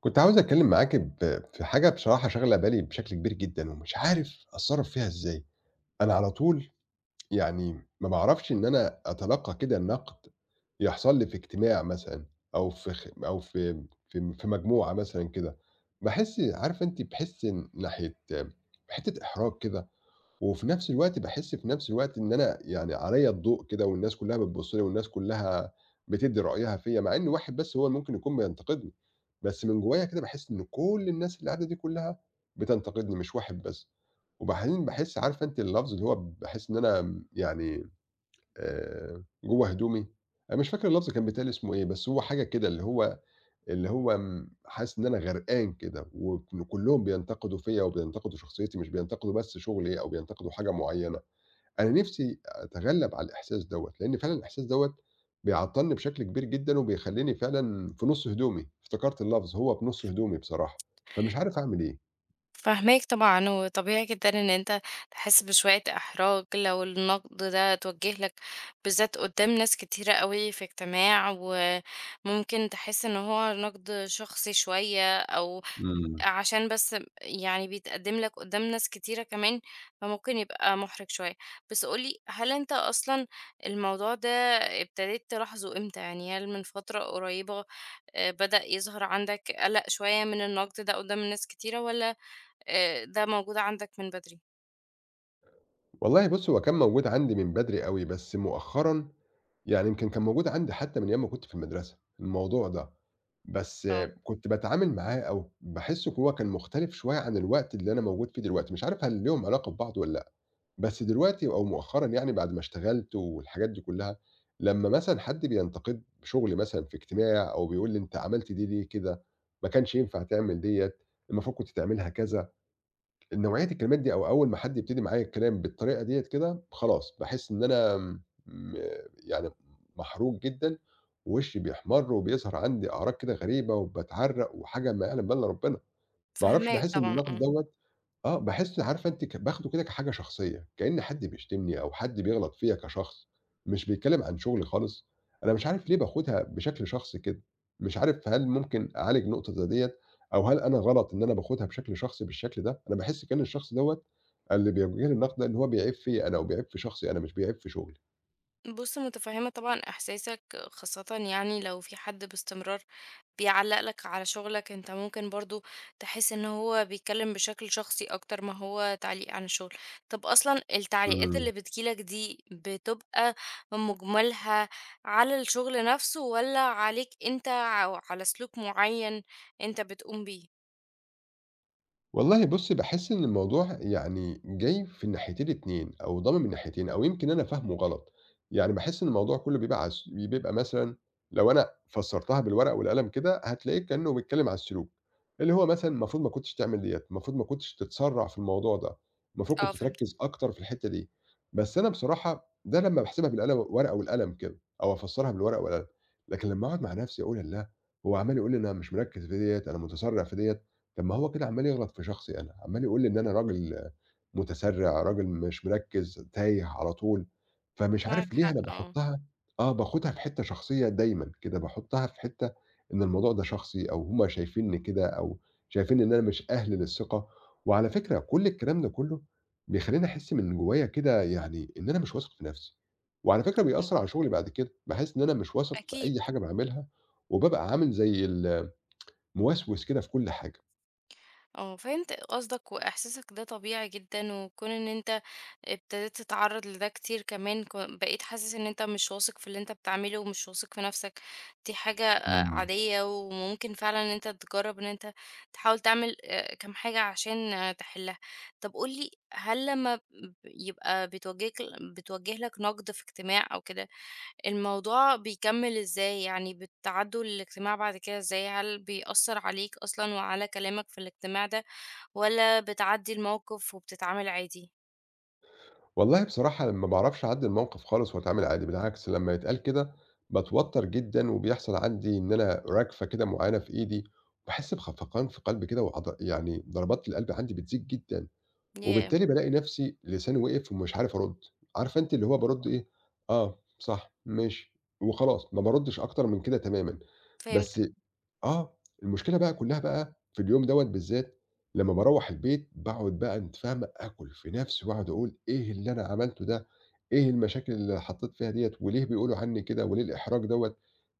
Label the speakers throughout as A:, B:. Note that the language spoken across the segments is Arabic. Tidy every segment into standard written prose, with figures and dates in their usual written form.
A: كنت عاوز اتكلم معاك في حاجه بصراحه شاغله بالي بشكل كبير جدا ومش عارف اتصرف فيها ازاي. انا على طول يعني ما بعرفش ان انا اتلقى كده النقد، يحصل لي في اجتماع مثلا، او في مجموعه مثلا كده. بحس عارف انت، بحس ناحيه حته احراج كده. وفي نفس الوقت باحس في نفس الوقت إن أنا يعني عليّا الضوء كده، والناس كلّها بتبُص لي، والناس كلّها بتدّي رأيها فيّا، مع إن واحد بس هو اللي ممكن يكون بينتقدني، بس من جوايا كده باحس إن كل الناس اللي قاعدة دي كلّها بتنتقدني مش واحد بس. وبعدين باحس، عارفة أنتِ اللفظ اللي هو، باحس إن أنا م يعني جوّه هدومي. أنا مش فاكر اللفظ كان بيتقال اسمه إيه، بس هو حاجة كده اللي هو، اللي هو حاسس إن أنا غرقان كده، وكل كلّهم بينتقدوا فيّا وبينتقدوا شخصيتي، مش بينتقدوا بس شغلي أو بينتقدوا حاجة معيّنة. أنا نِفْسي أتغلّب على الإحساس دوّة، لإن فعلًا الإحساس دوّة بيعطّلني بشكل كبير جدًا، وبيخلّيني فعلًا في نُص هدومي، افتكرت اللفظ، هو في نُص هدومي بصراحة، فمش عارف أعمل إيه.
B: فاهماك طبعًا، وطبيعي جدًا إن أنت تحس بشوية إحراج لو النقد ده اتوجه لك، بالذات قدّام ناس كتيرة أوي في اجتماع، وممكن تحس إن هو نقد شخصي شوية، أو
A: إمم.
B: عشان بس بيتقدم لك قدّام ناس كتيرة كمان، فممكن يبقى محرج شوية. بس قُل لي، هل أنت أصلًا الموضوع ده ابتديت تلاحظه إمتى؟ يعني هل من فترة قريبة بدأ يظهر عندك قلق شوية من النقد ده قدّام الناس كتيرة، والّا ده موجود عندك من بدري،
A: والله بُص، هو كان موجود عندي من بدري أوي، بس مؤخرًا يعني يمكن كان موجود عندي حتى من أيام ما كنت في المدرسة، الموضوع ده. بس
B: آه،
A: كنت باتعامل معاه أو باحسّه، هو كان مختلف شوية عن الوقت اللي أنا موجود فيه دلوقتي، مش عارف هل ليهم علاقة ببعض والّا لأ. بس دلوقتي أو مؤخرًا يعني بعد ما اشتغلت والحاجات دي كلّها، لمّا مثلًا حد بينتقد شغلي مثلًا في اجتماع أو بيقول لي: "أنت عملت دي ليه كده؟ ما كانش ينفع تعمل ديّة، المفروض كنت تعملها كذا." نوعية الكلمات دي أو أول ما حد يبتدي معايا الكلام بالطريقة ديّة كده، خلاص باحس إن أنا م يعني محروق جدًا، ووشي بيحمَر وبيظهر عندي أعراض كده غريبة وباتعرّق وحاجة ما يعلم بها إلّا ربنا. ما أعرفش،
B: فاهماك
A: باحس إن
B: طبعًا،
A: النقد
B: آه.
A: دوّة آه، باحس عارفة أنتِ، باخده كده كحاجة شخصية، كإن حد بيشتمني أو حد بيغلط فيّا كشخص، مش بيتكلم عن شغلي خالص. أنا مش عارف ليه باخدها بشكل شخصي كده، مش عارف هل ممكن أعالج نقطة زي ديّة أو هل أنا غلط إن أنا باخدها بشكل شخصي بالشكل ده؟ أنا باحس كأن الشخص دوّة اللي بيوجه لي النقد ده إن هو بيعيب فيّا أنا أو بيعيب في شخصي أنا، مش بيعيب في شغلي.
B: بُص، متفهمة طبعًا إحساسك، خاصةً يعني لو في حد باستمرار بيعلّق لك على شغلك، أنت ممكن برضه تحس إن هو بيتكلم بشكل شخصي أكتر ما هو تعليق عن الشغل. طب أصلًا التعليقات
A: إمم.
B: اللي بتيجي لك دي بتبقى مجملها على الشغل نفسه والّا عليك أنت أو على سلوك معين أنت بتقوم بيه؟
A: والله بُص، باحس إن الموضوع يعني جاي في الناحيتين الاتنين أو ضامن من ناحيتين، أو يمكن أنا فاهمه غلط. يعني باحس إن الموضوع كُلّه بيبقى على الس بيبقى مثلًا لو أنا فسّرتها بالورقة والقلم كده هتلاقيه كإنه بيتكلّم على السلوك، اللي هو مثلًا المفروض ما كنتش تعمل ديّة، المفروض ما كنتش تتسرّع في الموضوع ده، المفروض
B: آه،
A: كنت
B: فهمتك.
A: تركّز أكتر في الحتّة دي. بس أنا بصراحة ده لمّا باحسبها ورقة والقلم كده أو أفسّرها بالورقة والقلم، لكن لمّا أقعد مع نَفْسي أقول الله! هو عمّال يقول لي أنا مش مركّز في ديّة، أنا متسرّع في ديّة. طب ما هو كده عمّال يغلط في شخصي أنا، عمّال يقول لي إن أنا راجل متسرع، راجل مش مركّز، تايه على طول. فمش
B: معاك
A: عارف ليه
B: حق،
A: أنا
B: آه،
A: باحطّها آه، باخدها في حتّة شخصية دايمًا كده، باحطّها في حتّة إن الموضوع ده شخصي أو هم شايفينّي كده، أو شايفين إن أنا مش أهل للثقة. وعلى فكرة كل الكلام ده كلّه بيخلّيني أحس من جوّايا كده يعني إن أنا مش واثق في نَفْسي، وعلى فكرة
B: إمم،
A: بيأثّر على شغلي بعد كده، باحس إن أنا مش واثق في
B: أكيد.
A: أي حاجة باعملها وبابقى عامل زي الموسوس كده في كل حاجة.
B: آه، فهمت قصدك وإحساسك ده طبيعي جدًا، وكون إن أنت ابتديت تتعرّض لده كتير كمان ك بقيت حاسس إن أنت مش واثق في اللي أنت بتعمله ومش واثق في نَفْسك، دي حاجة
A: إمم.
B: عادية وممكن فعلًا إن أنت تجرّب إن أنت تحاول تعمل كام حاجة عشان آه، تحلّها. طَب قُل لي هل لمّا ب يبقى بتواجهك بتوجّه لك نَقْد في اجتماع أو كده، الموضوع بيكمّل إزاي؟ يعني بتعدّوا الاجتماع بعد كده إزاي؟ هل بيأثّر عليك أصلًا وعلى كلامك في الاجتماع ده والّا بتعدّي الموقف وبتتعامل عادي؟
A: والله بصراحة ما باعرفش أعدّي الموقف خالص وأتعامل عادي، بالعكس لمّا يتقال كده باتوتّر جدًا وبيحصل عندي إن أنا رَجفة كده معيّنة في إيدي، باحس بخفقان في قلبي كده، يعني ضربات القلب عندي بتزيد جدًا،
B: ياه!
A: وبالتالي بالاقي نَفْسي لساني وقف ومش عارف أرُد. عارفة أنتِ اللي هو بارُد إيه، آه، صح، ماشي، وخلاص ما باردّش أكتر من كده تمامًا. بس
B: فهمتك،
A: آه، المشكلة بقى كلّها بقى في اليوم دوّة بالذات لمّا باروّح البيت باقعد بقى أنتِ فاهمة، آكل في نَفْسي واقعد أقول إيه اللي أنا عملته ده، إيه المشاكل اللي حطّيت فيها ديّة وليه بيقولوا عني كده وليه الإحراج دوّة؟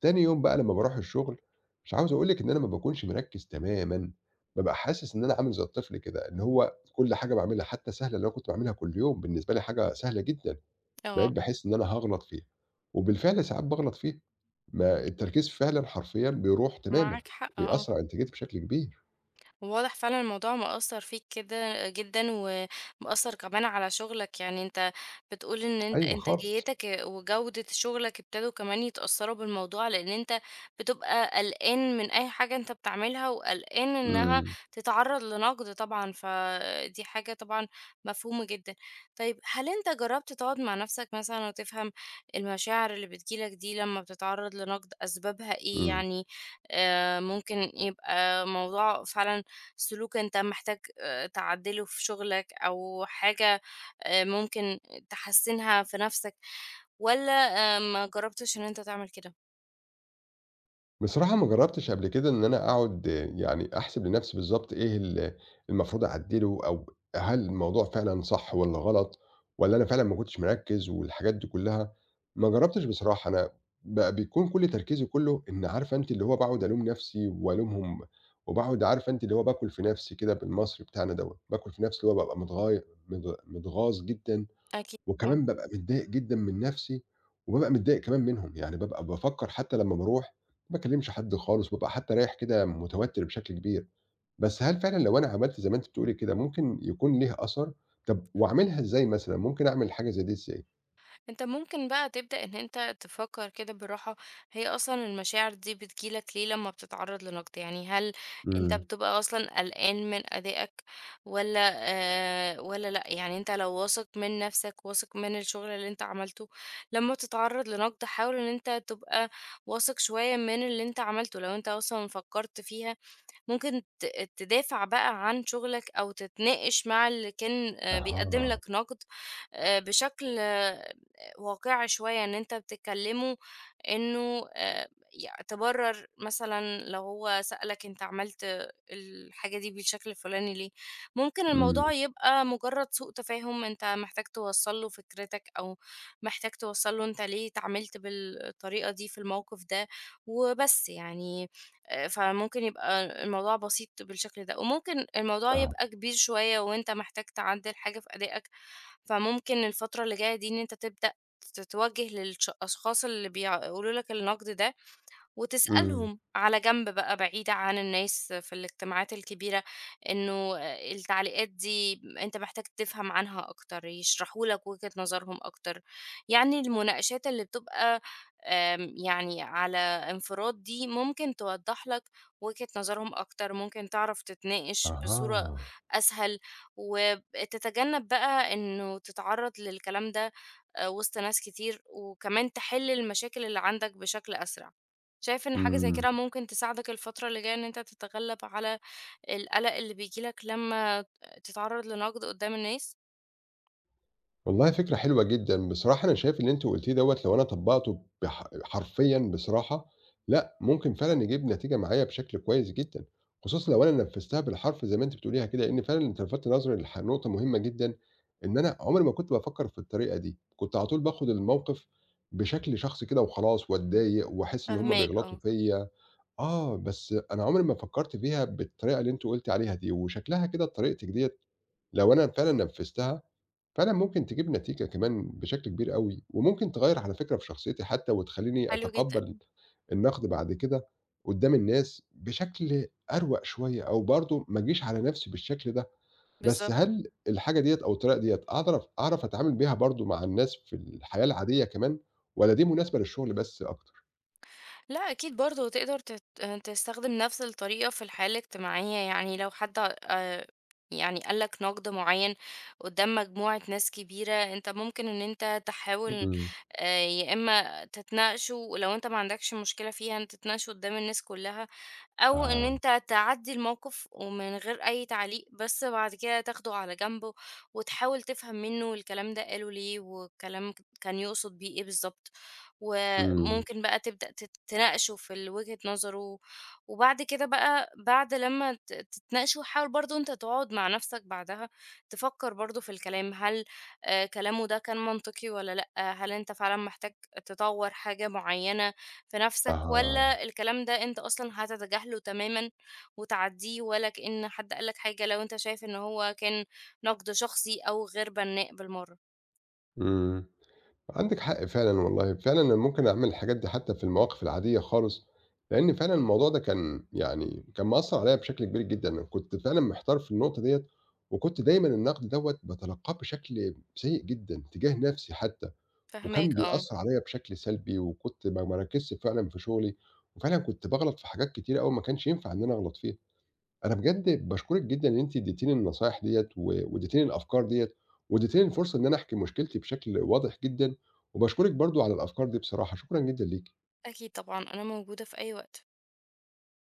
A: تاني يوم بقى لمّا باروح الشغل مش عاوز أقول لِك إن أنا ما باكونش مركّز تمامًا، بابقى حاسس إن أنا عامل زي الطفل كده، اللي هو كل حاجة باعملها حتى سهلة اللي أنا كنت باعملها كل يوم، بالنسبة لي حاجة سهلة جدًا. بقيت
B: آه،
A: باحس إن أنا هاغلط فيها، وبالفعل ساعات باغلط فيها، ما التركيز فعلًا حرفيًا بيروح تمامًا،
B: معاك حق آه.
A: بيأثّر على إنتاجيتي بشكل كبير.
B: واضح فعلا الموضوع مأثر فيك كده جدا ومأثر كمان على شغلك، يعني انت بتقول ان انت
A: أيوه خالص.
B: انتاجيتك وجودة شغلك ابتدوا كمان يتأثروا بالموضوع لان انت بتبقى قلقان من اي حاجة انت بتعملها وقلقان انها
A: إمم.
B: تتعرض لنقد، طبعا فدي حاجة طبعا مفهومة جدا. طيب هل انت جربت تقعد مع نفسك مثلا وتفهم المشاعر اللي بتجيلك دي لما بتتعرض لنقد اسبابها ايه؟
A: إمم.
B: يعني آه، ممكن يبقى موضوع فعلا سلوك أنت محتاج تعدّله في شغلك، أو حاجة ممكن تحسّنها في نَفْسك، والّا ما جرّبتش إن أنت تعمل كده؟
A: بصراحة ما جرّبتش قبل كده إن أنا أقعد آه، يعني أحسب لنَفْسي بالضبط إيه المفروض أعدّله، أو هل الموضوع فعلًا صح والّا غلط، والّا أنا فعلًا ما كنتش مركّز والحاجات دي كُلّها. ما جرّبتش بصراحة أنا، بقى بيكون كل تركيزي كُلّه إن عارفة أنتِ اللي هو باقعد ألوم نَفْسي والومهم، وباقعد عارفة أنتِ اللي هو باكُل في نَفْسي كده بالمصري بتاعنا دوّة، باكُل في نَفْسي اللي هو بابقى متغاي مت متغاظ جدًا،
B: أكيد، آه.
A: وكمان بابقى متضايق جدًا من نَفْسي، وبابقى متضايق كمان منهم. يعني بابقى بافكّر حتى لمّا باروح ما باكلّمش حد خالص، بابقى حتى رايح كده متوتّر بشكل كبير. بس هل فعلًا لو أنا عملت زي ما أنتِ بتقولي كده ممكن يكون ليه أثر؟ طَب وأعملها إزاي مثلًا، ممكن أعمل حاجة زي دي إزاي؟
B: انت ممكن بقى تبدأ ان انت تفكر كده بالراحة. هي اصلا المشاعر دي بتجيلك ليه لما بتتعرض لنقد؟ يعني هل انت
A: إمم.
B: بتبقى اصلا قلقان من ادائك ولا آه ولا لا؟ يعني انت لو واثق من نفسك واثق من الشغل اللي انت عملته لما تتعرض لنقد حاول ان انت تبقى واثق شوية من اللي انت عملته، لو انت اصلا فكرت فيها ممكن تدافع بقى عن شغلك أو تتناقش مع اللي كان بيقدّم
A: أها.
B: لك نقد، بشكل آه، واقعي شوية، إن أنت بتكلمه إنه ي تبرر مثلًا لو هو سألك أنت عملت الحاجة دي بالشكل الفلاني ليه، ممكن
A: إمم.
B: الموضوع يبقى مجرد سوء تفاهم أنت محتاج توصّل له فكرتك، أو محتاج توصّل له أنت ليه اتعاملت بالطريقة دي في الموقف ده وبس يعني. فممكن يبقى الموضوع بسيط بالشكل ده، وممكن الموضوع
A: آه.
B: يبقى كبير شوية وأنت محتاج تعدّل حاجة في أدائك، فممكن الفترة اللي جاية دي إن أنت تبدأ تتوجه الأشخاص اللي بيقولوا لك النقد ده
A: إمم.
B: وتسألهم على جنب بقى بعيدة عن الناس في الاجتماعات الكبيرة، إنه التعليقات دي أنت محتاج تفهم عنها أكتر يشرحوا لك وجهة نظرهم أكتر، يعني المناقشات اللي بتبقى يعني على انفراد دي ممكن توضح لك وجهة نظرهم أكتر، ممكن تعرف تتناقش بصورة
A: أها.
B: أسهل وتتجنب بقى إنه تتعرض للكلام ده، آه، وسط ناس كتير وكمان تحل المشاكل اللي عندك بشكل أسرع. شايف إن حاجة زي
A: إمم.
B: كده ممكن تساعدك الفترة اللي جاية إن أنت تتغلب على القلق اللي بييجي لك لمّا تتعرّض لنقد قدّام الناس؟
A: والله فكرة حلوة جدًا، بصراحة أنا شايف اللي أنتِ قُلتيه دوّة لو أنا طبّقته حرفيًا بصراحة، لأ، ممكن فعلًا يجيب نتيجة معايا بشكل كويس جدًا، خصوصًا لو أنا نفّذتها بالحرف زي ما أنتِ بتقوليها كده، لإن فعلًا أنتِ لفتِ نظري نقطة مهمة جدًا، إن أنا عمري ما كنت بافكّر في الطريقة دي، كنت على طول باخد الموقف بشكل شخصي كده وخلاص واتضايق وأحس إن هُم
B: فاهماك
A: بيغلطوا
B: آه،
A: فيّا. آه، بس أنا عمري ما فكّرت فيها بالطريقة اللي أنتِ قُلتِ عليها دي، وشكلها كده طريقتِك ديّة لو أنا فعلًا نفّذتها فعلًا ممكن تجيب نتيجة كمان بشكل كبير أوي، وممكن تغيّر على فكرة في شخصيتي حتى وتخلّيني
B: حلو
A: أتقبّل
B: جدًا،
A: النقد بعد كده قدّام الناس بشكل أروَق شوية، أو برضه ما أجيش على نَفْسي بالشكل ده. بس
B: بالضبط.
A: هل الحاجة ديّة أو الطريقة ديّة أعرف، أتعامل بيها برضه مع الناس في الحياة العادية كمان، والّا دي مناسبة للشغل بس أكتر؟
B: لأ أكيد برضه تقدر تستخدم نفس الطريقة في الحياة الاجتماعية، يعني لو حد آآ يعني قال لك نقد معيّن قدّام مجموعة ناس كبيرة، أنت ممكن إن أنت تحاول
A: إمم.
B: يا إما تتناقشوا ولو أنت ما عندكش مشكلة فيها إن تتناقشوا قدّام الناس كلّها، أو إن
A: آه.
B: أنت تعدّي الموقف ومن غير أي تعليق، بس بعد كده تاخده على جنبه وتحاول تفهم منّه الكلام ده قاله ليه والكلام كان يقصد بيه إيه بالضبط. و
A: إمم.
B: ممكن بقى تبدأ تناقشوا في وجهة نظره، وبعد كده بقى بعد لمّا تتناقشوا حاول برضه أنت تقعد مع نفسك بعدها تفكّر برضه في الكلام، هل كلامه ده كان منطقي والّا لأ؟ هل أنت فعلًا محتاج تطوّر حاجة معيّنة في نفسك
A: آه.
B: والّا الكلام ده أنت أصلًا هتتجاهله تمامًا وتعدّيه ولا كأن حد قال لك حاجة، لو أنت شايف إن هو كان نقد شخصي أو غير بنّاء بالمَرّة؟
A: إمم. عندِك حق فعلًا والله، فعلًا أنا ممكن أعمل الحاجات دي حتى في المواقف العادية خالص، لإن فعلًا الموضوع ده كان يعني كان مأثّر عليَّ بشكل كبير جدًا، أنا كنت فعلًا محتار في النقطة ديّة، وكنت دايمًا النقد دوّة باتلقّاه بشكل سيء جدًا تجاه نفسي حتى، وكان
B: فاهماك آه،
A: بيأثّر عليَّ بشكل سلبي، وكنت ما باركّزش فعلًا في شغلي، وفعلًا كنت باغلط في حاجات كتيرة أوي ما كانش ينفع إن أنا أغلط فيها. أنا بجد باشكرِك جدًا إن أنتِ ادّيتيني النصايح ديّة وادّيتيني الأفكار ديّة وادّيتيني الفرصة إن أنا أحكي مشكلتي بشكل واضح جدًا، وباشكرِك برضه على الأفكار دي بصراحة، شكرًا جدًا ليكِ.
B: أكيد طبعًا، أنا موجودة في أي وقت.